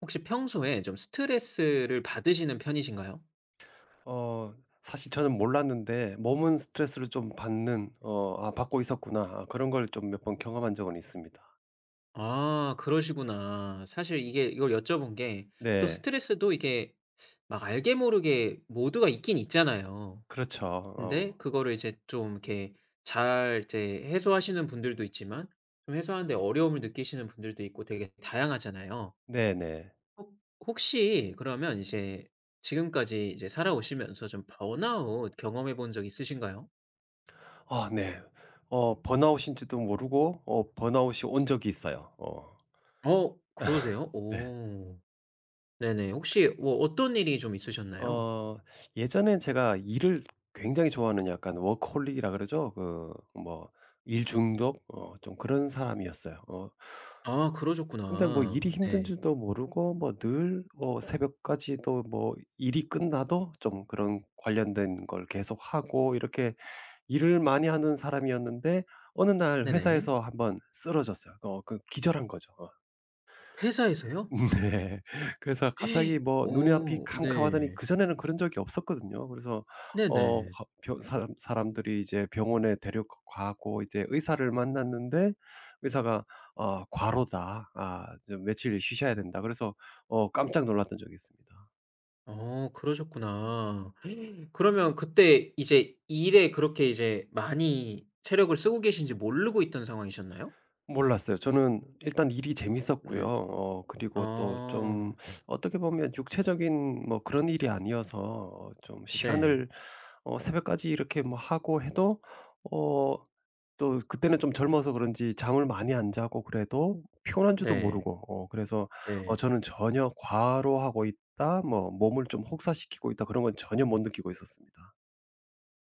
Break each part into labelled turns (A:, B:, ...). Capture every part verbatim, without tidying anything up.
A: 혹시 평소에 좀 스트레스를 받으시는 편이신가요?
B: 어 사실 저는 몰랐는데 몸은 스트레스를 좀 받는, 어 '아, 받고 있었구나.' 아 그런 걸 좀 몇번 경험한 적은 있습니다.
A: 아, 그러시구나. 사실 이게 이걸 여쭤본 게 또
B: 네.
A: 스트레스도 이게 막 알게 모르게 모두가 있긴 있잖아요.
B: 그렇죠.
A: 근데
B: 어
A: 그거를 이제 좀 이렇게 잘 이제 해소하시는 분들도 있지만 좀 해소하는 데 어려움을 느끼시는 분들도 있고 되게 다양하잖아요.
B: 네네.
A: 혹 혹시 그러면 이제 지금까지 이제 살아오시면서 좀 번아웃 경험해 본 적 있으신가요?
B: 아 네. 어 번아웃인지도 모르고 어 번아웃이 온 적이 있어요. 어
A: 어, 그러세요?
B: 네.
A: 오. 네네. 혹시 뭐 어떤 일이 좀 있으셨나요?
B: 어 예전엔 제가 일을 굉장히 좋아하는, 약간 워커홀릭이라 그러죠? 그 뭐 일 중독, 어 좀 그런 사람이었어요. 어
A: 아,
B: 근데 뭐 일이
A: 그러셨구나. 네.
B: 힘든지도 모르고 뭐 늘, 어 새벽까지도 뭐 일이 끝나도 좀 그런 관련된 걸 계속하고, 이렇게 일을 많이 하는 사람이었는데 어느 날
A: 네네.
B: 회사에서 한번 쓰러졌어요. 어 그 기절한 거죠. 어.
A: 회사에서요?
B: 네. 그래서 갑자기 뭐 눈이 앞이
A: 어,
B: 캄캄하더니,
A: 네.
B: 그전에는 그런 적이 없었거든요. 그래서 어
A: 네네.
B: 가 병 사람 사람들이 이제 병원에 데려가고 이제 의사를 만났는데, 의사가 "어 과로다. 아, 좀 며칠 쉬셔야 된다." 그래서 어 깜짝 놀랐던 적이 있습니다.
A: 어, 그러셨구나. 그러면 그때 이제 일에 그렇게 이제 많이 체력을 쓰고 계신지 모르고 있던 상황이셨나요?
B: 몰랐어요. 저는 일단 일이 재밌었고요.
A: 네.
B: 어 그리고 또 좀,
A: 아.
B: 어떻게 보면 육체적인 뭐 그런 일이 아니어서 어 좀
A: 네.
B: 시간을, 어 새벽까지 이렇게 뭐 하고 해도 어 또 그때는 좀 젊어서 그런지 잠을 많이 안 자고 그래도, 음. 피곤한 줄도
A: 네.
B: 모르고 어 그래서 어
A: 네.
B: 저는 '전혀 과로하고 있다.' 뭐 '몸을 좀 혹사시키고 있다.' 그런 건 전혀 못 느끼고 있었습니다.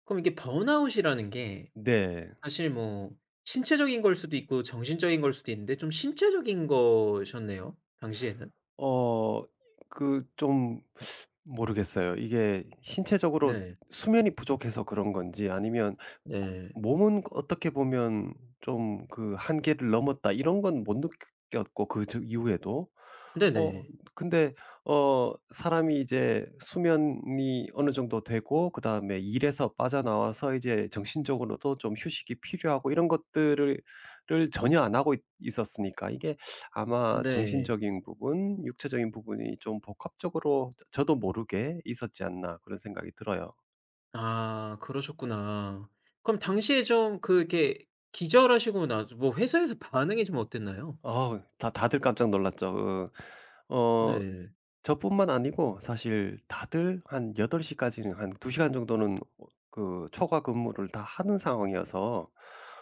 A: 그럼 이게 번아웃이라는 게
B: 네.
A: 사실 뭐 신체적인 걸 수도 있고 정신적인 걸 수도 있는데 좀 신체적인 거셨네요 당시에는.
B: 어 그 좀 모르겠어요. 이게 신체적으로
A: 네.
B: 수면이 부족해서 그런 건지, 아니면
A: 네.
B: 몸은 어떻게 보면 좀 그 '한계를 넘었다.' 이런 건 못 느꼈고, 그 저- 이후에도. 어
A: 네네.
B: 근데 어 사람이 이제 수면이 어느 정도 되고, 그다음에 일에서 빠져나와서 이제 정신적으로도 좀 휴식이 필요하고 이런 것들을 를 전혀 안 하고 있 있었으니까, 이게 아마
A: 네.
B: 정신적인 부분, 육체적인 부분이 좀 복합적으로 저 저도 모르게 있었지 않나 그런 생각이 들어요.
A: 아, 그러셨구나. 그럼 당시에 좀 그 이렇게 기절하시고 나서 뭐 회사에서 반응이 좀 어땠나요?
B: 어 다 다들 깜짝 놀랐죠. 어 어
A: 네.
B: 저뿐만 아니고 사실 다들 한 여덟 시까지는 한 두 시간 정도는 어 그 초과 근무를 다 하는 상황이어서,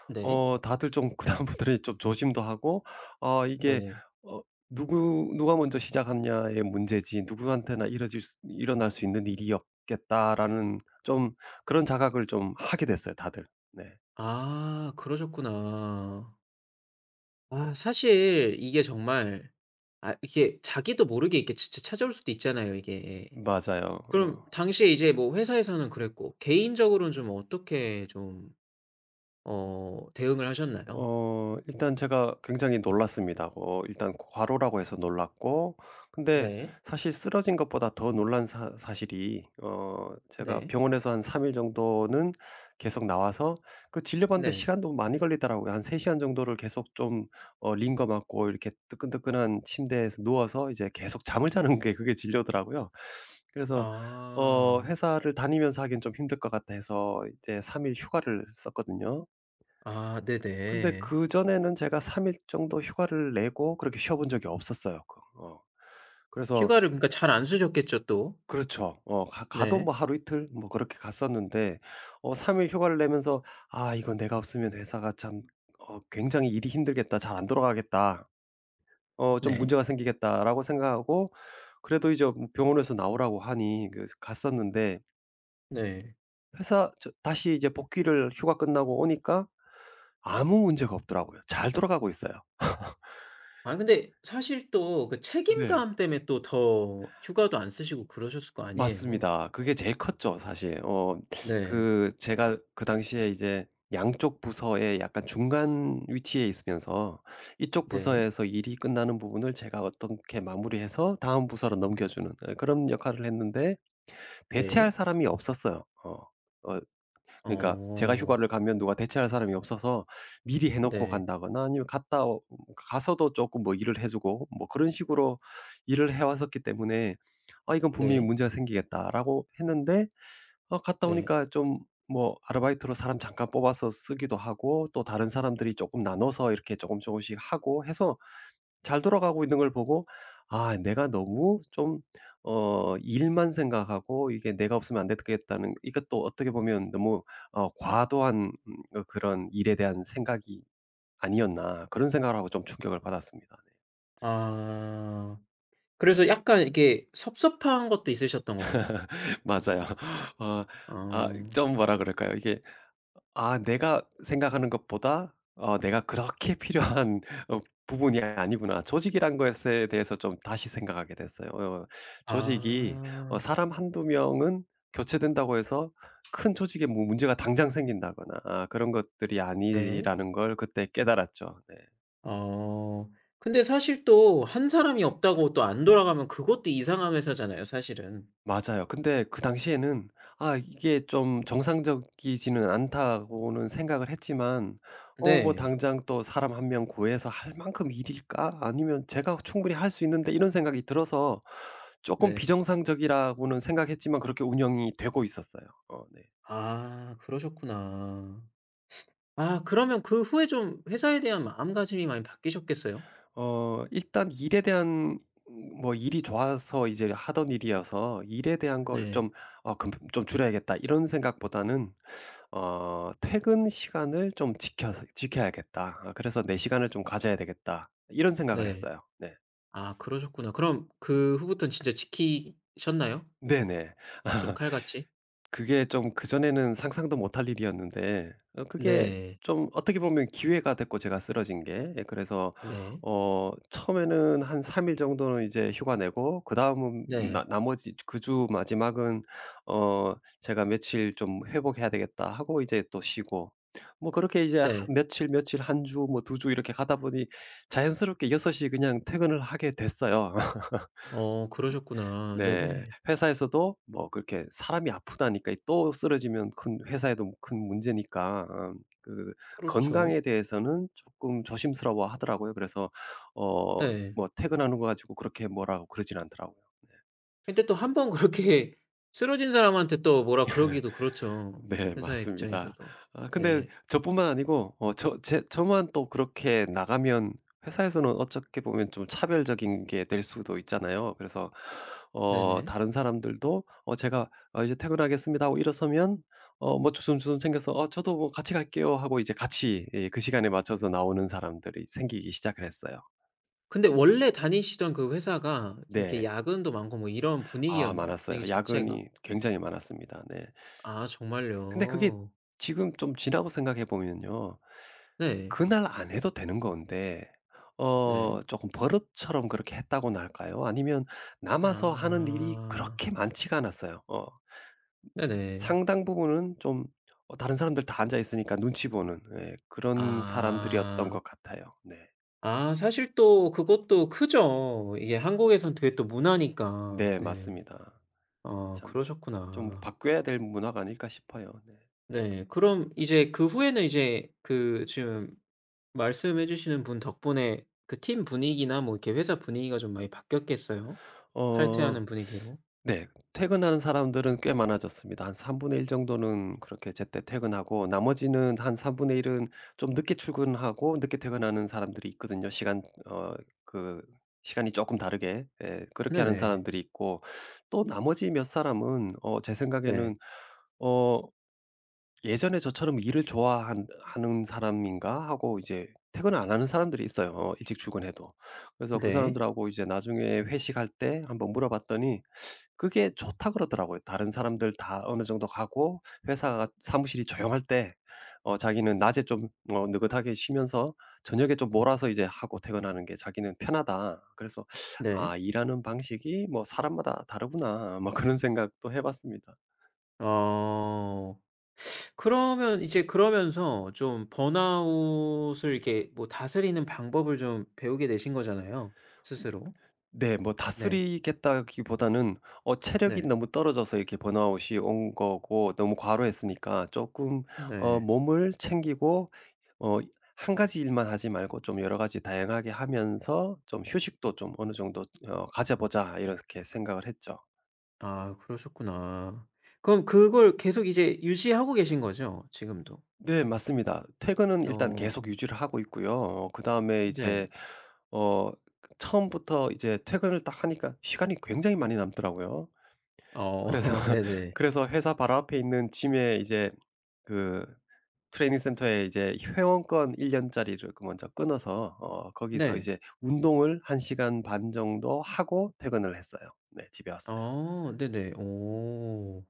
A: 네.
B: 어 다들 좀 그다음부터는 좀 조심도 하고, 아 이게
A: 네.
B: 어 누구 '누가 먼저 시작하냐의 문제지 누구한테나 이뤄질 수 일어날 수 있는 일이었겠다.'라는 좀 그런 자각을 좀 하게 됐어요 다들. 네.
A: 아, 그러셨구나. 아, 사실 이게 정말, 아 이게 자기도 모르게 이렇게 진짜 찾아올 수도 있잖아요 이게.
B: 맞아요.
A: 그럼
B: 어.
A: 당시에 이제 뭐 회사에서는 그랬고 개인적으로는 좀 어떻게 좀 어 대응을 하셨나요?
B: 어 일단 제가 굉장히 놀랐습니다. 어 일단 과로라고 해서 놀랐고, 근데
A: 네.
B: 사실 쓰러진 것보다 더 놀란 사 사실이, 어 제가
A: 네.
B: 병원에서 한 삼 일 정도는 계속 나와서 그 진료받는데
A: 네.
B: 시간도 많이 걸리더라고요. 한 세 시간 정도를 계속 좀 어 링거 맞고, 이렇게 뜨끈뜨끈한 침대에서 누워서 이제 계속 잠을 자는 게 그게 진료더라고요. 그래서 어
A: 아.
B: 회사를 다니면서 하긴 좀 힘들 것 같아 해서 이제 삼 일 휴가를 썼거든요.
A: 아,
B: 근데
A: 네네.
B: 그전에는 제가 삼 일 정도 휴가를 내고 그렇게 쉬어 본 적이 없었어요. 그 어 그래서,
A: 휴가를 그러니까 잘 안 쓰셨겠죠 또.
B: 그렇죠. 어 가 가도
A: 네.
B: 뭐 하루 이틀 뭐 그렇게 갔었는데, 어 삼 일 휴가를 내면서 '아 이거 내가 없으면 회사가 참 어 굉장히 일이 힘들겠다. 잘 안 돌아가겠다. 어 좀
A: 네.
B: 문제가 생기겠다.'라고 생각하고, 그래도 이제 뭐 병원에서 나오라고 하니 그 갔었는데,
A: 네.
B: 회사 저 다시 이제 복귀를 휴가 끝나고 오니까 아무 문제가 없더라고요. 잘 돌아가고 있어요.
A: 아 근데 사실 또 그
B: 네.
A: 책임감 때문에 또 더 휴가도 안 쓰시고 그러셨을 거 아니에요.
B: 맞습니다. 그게 제일 컸죠 사실. 어
A: 네.
B: 그 제가 그 당시에 이제 양쪽 부서에 약간 중간 위치에 있으면서, 이쪽
A: 네.
B: 부서에서 일이 끝나는 부분을 제가 어떻게 마무리해서 다음 부서로 넘겨주는, 어, 그런 역할을 했는데 대체할
A: 네.
B: 사람이 없었어요. 어. 어 그러니까 제가
A: 어.
B: 휴가를 가면 누가 대체할 사람이 없어서, 미리 해 놓고
A: 네.
B: 간다거나 아니면 갔다 오 가서도 조금 뭐 일을 해 주고 뭐 그런 식으로 일을 해 왔었기 때문에, '아 이건 분명히
A: 네.
B: 문제가 생기겠다.'라고 했는데, 어 갔다
A: 네.
B: 오니까 좀 뭐 아르바이트로 사람 잠깐 뽑아서 쓰기도 하고, 또 다른 사람들이 조금 나눠서 이렇게 조금 조금씩 하고 해서 잘 돌아가고 있는 걸 보고, '아 내가 너무 좀 어 일만 생각하고 이게 내가 없으면 안 되겠다는,' 이것도 어떻게 보면 너무 어 '과도한 음 어 그런 일에 대한 생각이 아니었나.' 그런 생각을 하고 좀 충격을 받았습니다.
A: 아. 그래서 약간 이게 섭섭한 것도 있으셨던 건가요?
B: 맞아요. 어 아
A: 아.
B: 좀 뭐라 그럴까요? 이게, 아 내가 생각하는 것보다 어 '내가 그렇게 필요한 어 부분이 아니구나.' 조직이란 것에 대해서 좀 다시 생각하게 됐어요. 어 조직이, 어
A: 아.
B: 사람 한두 명은 교체된다고 해서 큰 조직에 뭐 문제가 당장 생긴다거나, 아 그런 것들이
A: 네.
B: 아니라는 걸 그때 깨달았죠. 네.
A: 어. 근데 사실 또 한 사람이 없다고 또 안 돌아가면 그것도 이상한 회사잖아요, 사실은.
B: 맞아요. 근데 그 당시에는 '아 이게 좀 정상적이지는 않다.'고는 생각을 했지만, 어 뭐
A: 네.
B: '당장 또 사람 한 명 구해서 할 만큼 일일까? 아니면 제가 충분히 할 수 있는데.' 이런 생각이 들어서 조금
A: 네.
B: 비정상적이라고는 생각했지만 그렇게 운영이 되고 있었어요. 어 네.
A: 아, 그러셨구나. 아, 그러면 그 후에 좀 회사에 대한 마음가짐이 많이 바뀌셨겠어요?
B: 어 일단 일에 대한, 음, 뭐 일이 좋아서 이제 하던 일이어서 '일에 대한 걸
A: 네.
B: 좀 어 금 좀 줄여야겠다.' 이런 생각보다는 어 '퇴근 시간을 좀 지켜 지켜야겠다. 아 그래서 내 시간을 좀 가져야 되겠다.' 이런 생각을
A: 네.
B: 했어요. 네.
A: 아, 그러셨구나. 그럼 그 후부터는 진짜 지키셨나요?
B: 네네.
A: 좀 칼같이?
B: 그게 좀 그전에는 상상도 못할 일이었는데 어 그게
A: 네.
B: 좀 어떻게 보면 기회가 됐고, 제가 쓰러진 게. 예 그래서
A: 네.
B: 어 처음에는 한 삼 일 정도는 이제 휴가 내고, 그다음은 나
A: 네.
B: 나머지 그 주 마지막은 어 '제가 며칠 좀 회복해야 되겠다.' 하고 이제 또 쉬고, 뭐 그렇게 이제 하
A: 네.
B: 며칠, 며칠 한 주 뭐 두 주 이렇게 가다 보니 자연스럽게 여섯 시 그냥 퇴근을 하게 됐어요.
A: 어, 그러셨구나.
B: 네.
A: 네네.
B: 회사에서도 뭐 그렇게 사람이 아프다니까, 이또 쓰러지면 큰 회사에도 큰 문제니까, 음 그
A: 그렇죠.
B: 건강에 대해서는 조금 조심스러워 하더라고요. 그래서 어
A: 네.
B: 뭐 퇴근하는 거 가지고 그렇게 뭐라고 그러진 않더라고요.
A: 근데 또 한 번 그렇게 쓰러진 사람한테 또 뭐라 그러기도 그렇죠.
B: 네
A: 회사의
B: 맞습니다.
A: 입장에서도.
B: 아 근데
A: 네.
B: 저뿐만 아니고 어 저 제 저만 또 그렇게 나가면 회사에서는 어떻게 보면 좀 차별적인 게 될 수도 있잖아요. 그래서 어
A: 네네.
B: 다른 사람들도 어 제가 "어 이제 퇴근하겠습니다." 하고 일어서면 어 뭐 주섬주섬 챙겨서 "어 저도 뭐 같이 갈게요." 하고 이제 같이 예 그 시간에 맞춰서 나오는 사람들이 생기기 시작을 했어요.
A: 근데 원래 다니시던 그 회사가 좀 이렇게
B: 네.
A: 야근도 많고 뭐 이런
B: 아
A: 분위기였나요? 분위기
B: 많았어요.
A: 자체가?
B: 야근이 굉장히 많았습니다. 네.
A: 아,
B: 근데 그게,
A: 정말요?
B: 지금 좀 지나고 생각해 보면요.
A: 네.
B: 그날 안 해도 되는 건데
A: 네.
B: 어 조금 버릇처럼 그렇게 했다고나 할까요? 아니면 남아서 하는 일이
A: 아.
B: 그렇게 많지가 않았어요. 어
A: 네네.
B: 상당 부분은 좀 어 다른 사람들 다 앉아 있으니까 눈치 보는, 예 그런 사람들이었던
A: 아.
B: 것 같아요. 네.
A: 아, 사실 또 그것도 크죠. 이게 한국에선 되게 또 문화니까.
B: 네
A: 네.
B: 맞습니다.
A: 아,
B: 참 좀
A: 그러셨구나.
B: 바뀌어야 될 문화가 아닐까 싶어요. 네.
A: 네. 그럼 이제 그 후에는 이제 그 지금 말씀해 주시는 분 덕분에 그 팀 분위기나 뭐 이렇게 회사 분위기가 좀 많이 바뀌었겠어요?
B: 어
A: 칼퇴하는 분위기로?
B: 네. 퇴근하는 사람들은 꽤 많아졌습니다. 한 삼분의 일 정도는 그렇게 제때 퇴근하고, 나머지는 한 삼분의 일은 좀 늦게 출근하고 늦게 퇴근하는 사람들이 있거든요. 시간 어 그 시간이 조금 다르게 예 그렇게 하는
A: 네네.
B: 사람들이 있고, 또 나머지 몇 사람은 어 제 생각에는
A: 네.
B: 어 '예전에 저처럼 일을 좋아한 하는 사람인가?' 하고 이제 퇴근을 안 하는 사람들이 있어요 어, 일찍 출근해도. 그래서 그
A: 네.
B: 사람들하고 이제 나중에 회식할 때 한번 물어봤더니 그게 좋다 그러더라고요. 다른 사람들 다 어느 정도 가고 회사가 사무실이 조용할 때 어 자기는 낮에 좀 어 느긋하게 쉬면서 저녁에 좀 몰아서 이제 하고 퇴근하는 게 자기는 편하다. 그래서 '아
A: 네.
B: 일하는 방식이 뭐 사람마다 다르구나.' 뭐 그런 생각도 해 봤습니다.
A: 어. 그러면 이제 그러면서 좀 번아웃을 이렇게 뭐 다스리는 방법을 좀 배우게 되신 거잖아요 스스로.
B: 네. 뭐
A: 네.
B: 다스리겠다기보다는 어 체력이
A: 네.
B: 너무 떨어져서 이렇게 번아웃이 온 거고, 너무 과로했으니까 조금 어
A: 네.
B: 몸을 챙기고 어 한 가지 일만 하지 말고 좀 여러 가지 다양하게 하면서 좀 '휴식도 좀 어느 정도 어 가져 보자.' 이렇게 생각을 했죠.
A: 아, 그러셨구나. 그럼 그걸 계속 이제 유지하고 계신 거죠? 지금도?
B: 네. 맞습니다. 퇴근은 일단
A: 어,
B: 계속 유지를 하고 있고요. 어 그다음에
A: 네.
B: 이제 어 처음부터 이제 퇴근을 딱 하니까 시간이 굉장히 많이 남더라고요. 그래서
A: 어, 네네.
B: 그래서 회사 바로 앞에 있는 짐에 이제 그 트레이닝 센터에 이제 회원권 일 년짜리를 그 먼저 끊어서 어 거기서
A: 네.
B: 이제 운동을 한 시간 반 정도 하고 퇴근을 했어요. 네 집에 왔어요.
A: 어, 네네. 오.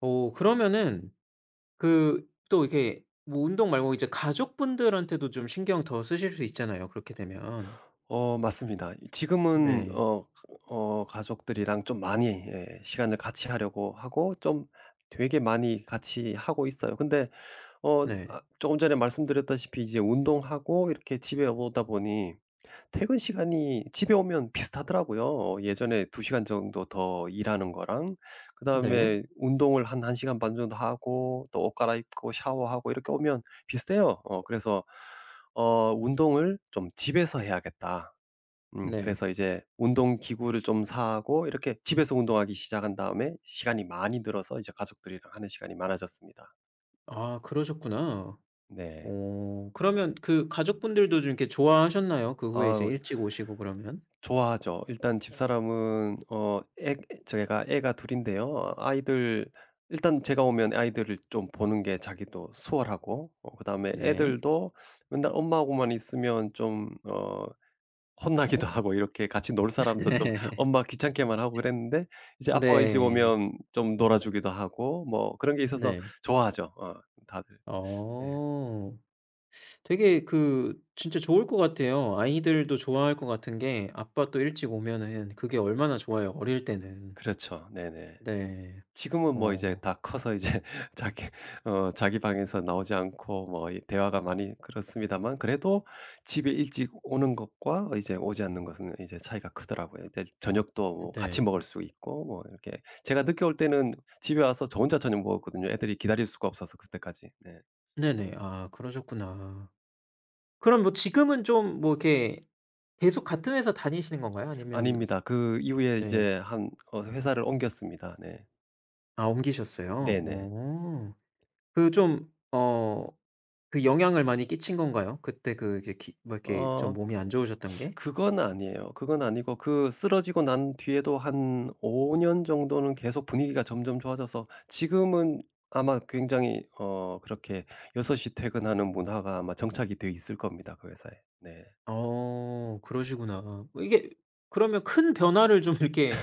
A: 오, 그러면은 그 또 이렇게 뭐 운동 말고 이제 가족분들한테도 좀 신경 더 쓰실 수 있잖아요 그렇게 되면.
B: 어 맞습니다. 이 지금은
A: 네.
B: 어 어 가족들이랑 좀 많이 예 시간을 같이 하려고 하고, 좀 되게 많이 같이 하고 있어요. 근데 어
A: 네.
B: 아 조금 전에 말씀드렸다시피 이제 운동하고 이렇게 집에 오다 보니, 퇴근 시간이 집에 오면 비슷하더라고요. 예전에 두 시간 정도 더 일하는 거랑
A: 네.
B: 그다음에 운동을 한 1 시간 반 정도 하고 또 옷 갈아입고 샤워하고 이렇게 오면 비슷해요. 어 그래서 어 '운동을 좀 집에서 해야겠다.' 음
A: 네.
B: 그래서 이제 운동 기구를 좀 사고 이렇게 집에서 운동하기 시작한 다음에 시간이 많이 늘어서 이제 가족들이랑 하는 시간이 많아졌습니다.
A: 아, 그러셨구나.
B: 네.
A: 오... 그러면 그 가족분들도 좀 이렇게 좋아하셨나요? 그 후에 이제
B: 아우
A: 일찍 오시고 그러면?
B: 좋아하죠. 일단 집사람은, 어 애 제가 애가 둘 인데요. 아이들, 일단 제가 오면 아이들을 좀 보는 게 자기도 수월하고, 어 그다음에
A: 네.
B: 애들도 맨날 엄마하고만 있으면 좀 어 혼나기도 하고, 이렇게 같이 놀 사람도 좀, 엄마 귀찮게만 하고 그랬는데 이제 아빠가 일찍
A: 네.
B: 오면 좀 놀아 주기도 하고 뭐 그런 게 있어서
A: 네.
B: 좋아하죠. 어 다들. 네.
A: 어. 되게 그 진짜 좋을 것 같아요. 아이들도 좋아할 것 같은 게 아빠 또 일찍 오면은 그게 얼마나 좋아요, 어릴 때는.
B: 그렇죠. 네네.
A: 네.
B: 지금은 뭐 이제
A: 어.
B: 다 커서 이제 자기 어 자기 방에서 나오지 않고 뭐이 대화가 많이 그렇습니다만, 그래도 집에 일찍 오는 것과 이제 오지 않는 것은 이제 차이가 크더라고요. 이제 저녁도 뭐 같이
A: 네.
B: 먹을 수 있고, 뭐 이렇게 제가 늦게 올 때는 집에 와서 저 혼자 저녁 먹었거든요. 애들이 기다릴 수가 없어서 그때까지. 네.
A: 네네. 아, 그러셨구나. 그럼 뭐 지금은 좀 뭐 이렇게 계속 같은 회사 다니시는 건가요? 아니면.
B: 아닙니다. 그 이후에
A: 네.
B: 이제 한 어 회사를 옮겼습니다. 네.
A: 아, 옮기셨어요?
B: 네네.
A: 어. 그 좀 어 그 영향을 많이 끼친 건가요? 그때 그 이제 기 뭐 이렇게 좀
B: 어
A: 몸이 안 좋으셨던 게?
B: 그건 아니에요. 그건 아니고 그 쓰러지고 난 뒤에도 한 오 년 정도는 계속 분위기가 점점 좋아져서, 지금은 아마 굉장히 어 그렇게 여섯 시 퇴근하는 문화가 아마 정착이 돼 있을 겁니다, 그 회사에. 네.
A: 어, 그러시구나. 뭐 이게 그러면 큰 변화를 좀 이렇게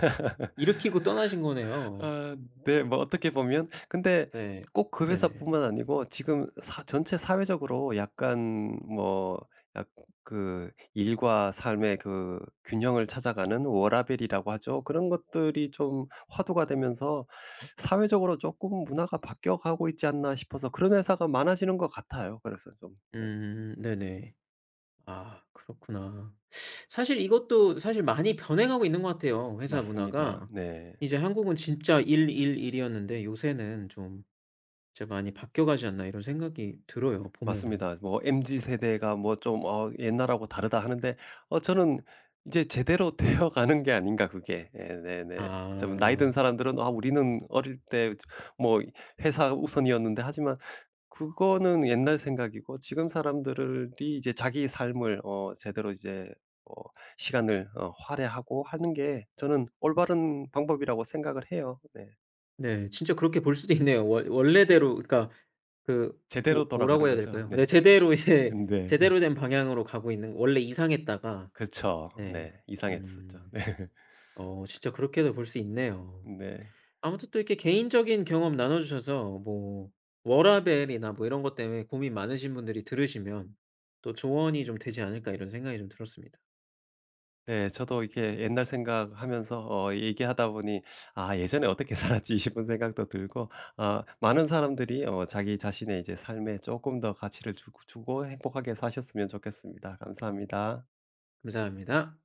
A: 일으키고 떠나신 거네요.
B: 아 네. 뭐 어떻게 보면, 근데
A: 네.
B: 꼭 그
A: 네네.
B: 회사뿐만 아니고 지금 사 전체 사회적으로 약간, 뭐 약 그 일과 삶의 그 균형을 찾아가는 워라밸이라고 하죠. 그런 것들이 좀 화두가 되면서 사회적으로 조금 문화가 바뀌어가고 있지 않나 싶어서, 그런 회사가 많아지는 것 같아요. 그래서 좀, 네,
A: 음, 네네. 아, 그렇구나. 사실 이것도 사실 많이 변해가고 있는 것 같아요, 회사
B: 맞습니다.
A: 문화가.
B: 네.
A: 이제 한국은 진짜 일, 일, 일이었는데 요새는 좀 진짜 많이 바뀌어가지 않나 이런 생각이 들어요, 보면은.
B: 맞습니다. 뭐 엠지 세대가 뭐 좀 어 옛날하고 다르다 하는데 어 저는 이제 제대로 되어 가는 게 아닌가 그게. 예 네네. 좀 나이 든
A: 아.
B: 사람들은 '아 우리는 어릴 때 뭐 회사 우선이었는데.' 하지만 그거는 옛날 생각이고, 지금 사람들이 이제 자기 삶을 어 제대로 이제 어 시간을 어 할애하고 하는 게, 저는 올바른 방법이라고 생각을 해요. 네.
A: 네. 진짜 그렇게 볼 수도 있네요. 원 원래대로 그러니까 그
B: 제대로
A: 뭐
B: 어. 돌아가는
A: 뭐라고 해야
B: 거죠.
A: 될까요?
B: 네.
A: 네, 제대로 이제
B: 근데
A: 제대로 된 방향으로 가고 있는 원래 이상했다가.
B: 그쵸.
A: 네.
B: 네. 이상했었죠.
A: 음.
B: 네.
A: 어, 진짜 그렇게도 볼 수 있네요.
B: 네.
A: 아무튼 또 이렇게 개인적인 경험 나눠 주셔서 뭐 워라밸이나 뭐 이런 것 때문에 고민 많으신 분들이 들으시면 또 조언이 좀 되지 않을까 이런 생각이 좀 들었습니다.
B: 네. 저도 이렇게
A: 네.
B: 옛날 생각하면서 어 얘기하다 보니, '아 예전에 어떻게 살았지.' 싶은 생각도 들고, 아 많은 사람들이 어 자기 자신의 이제 삶에 조금 더 가치를 주고 주고 행복하게 사셨으면 좋겠습니다. 감사합니다.
A: 감사합니다.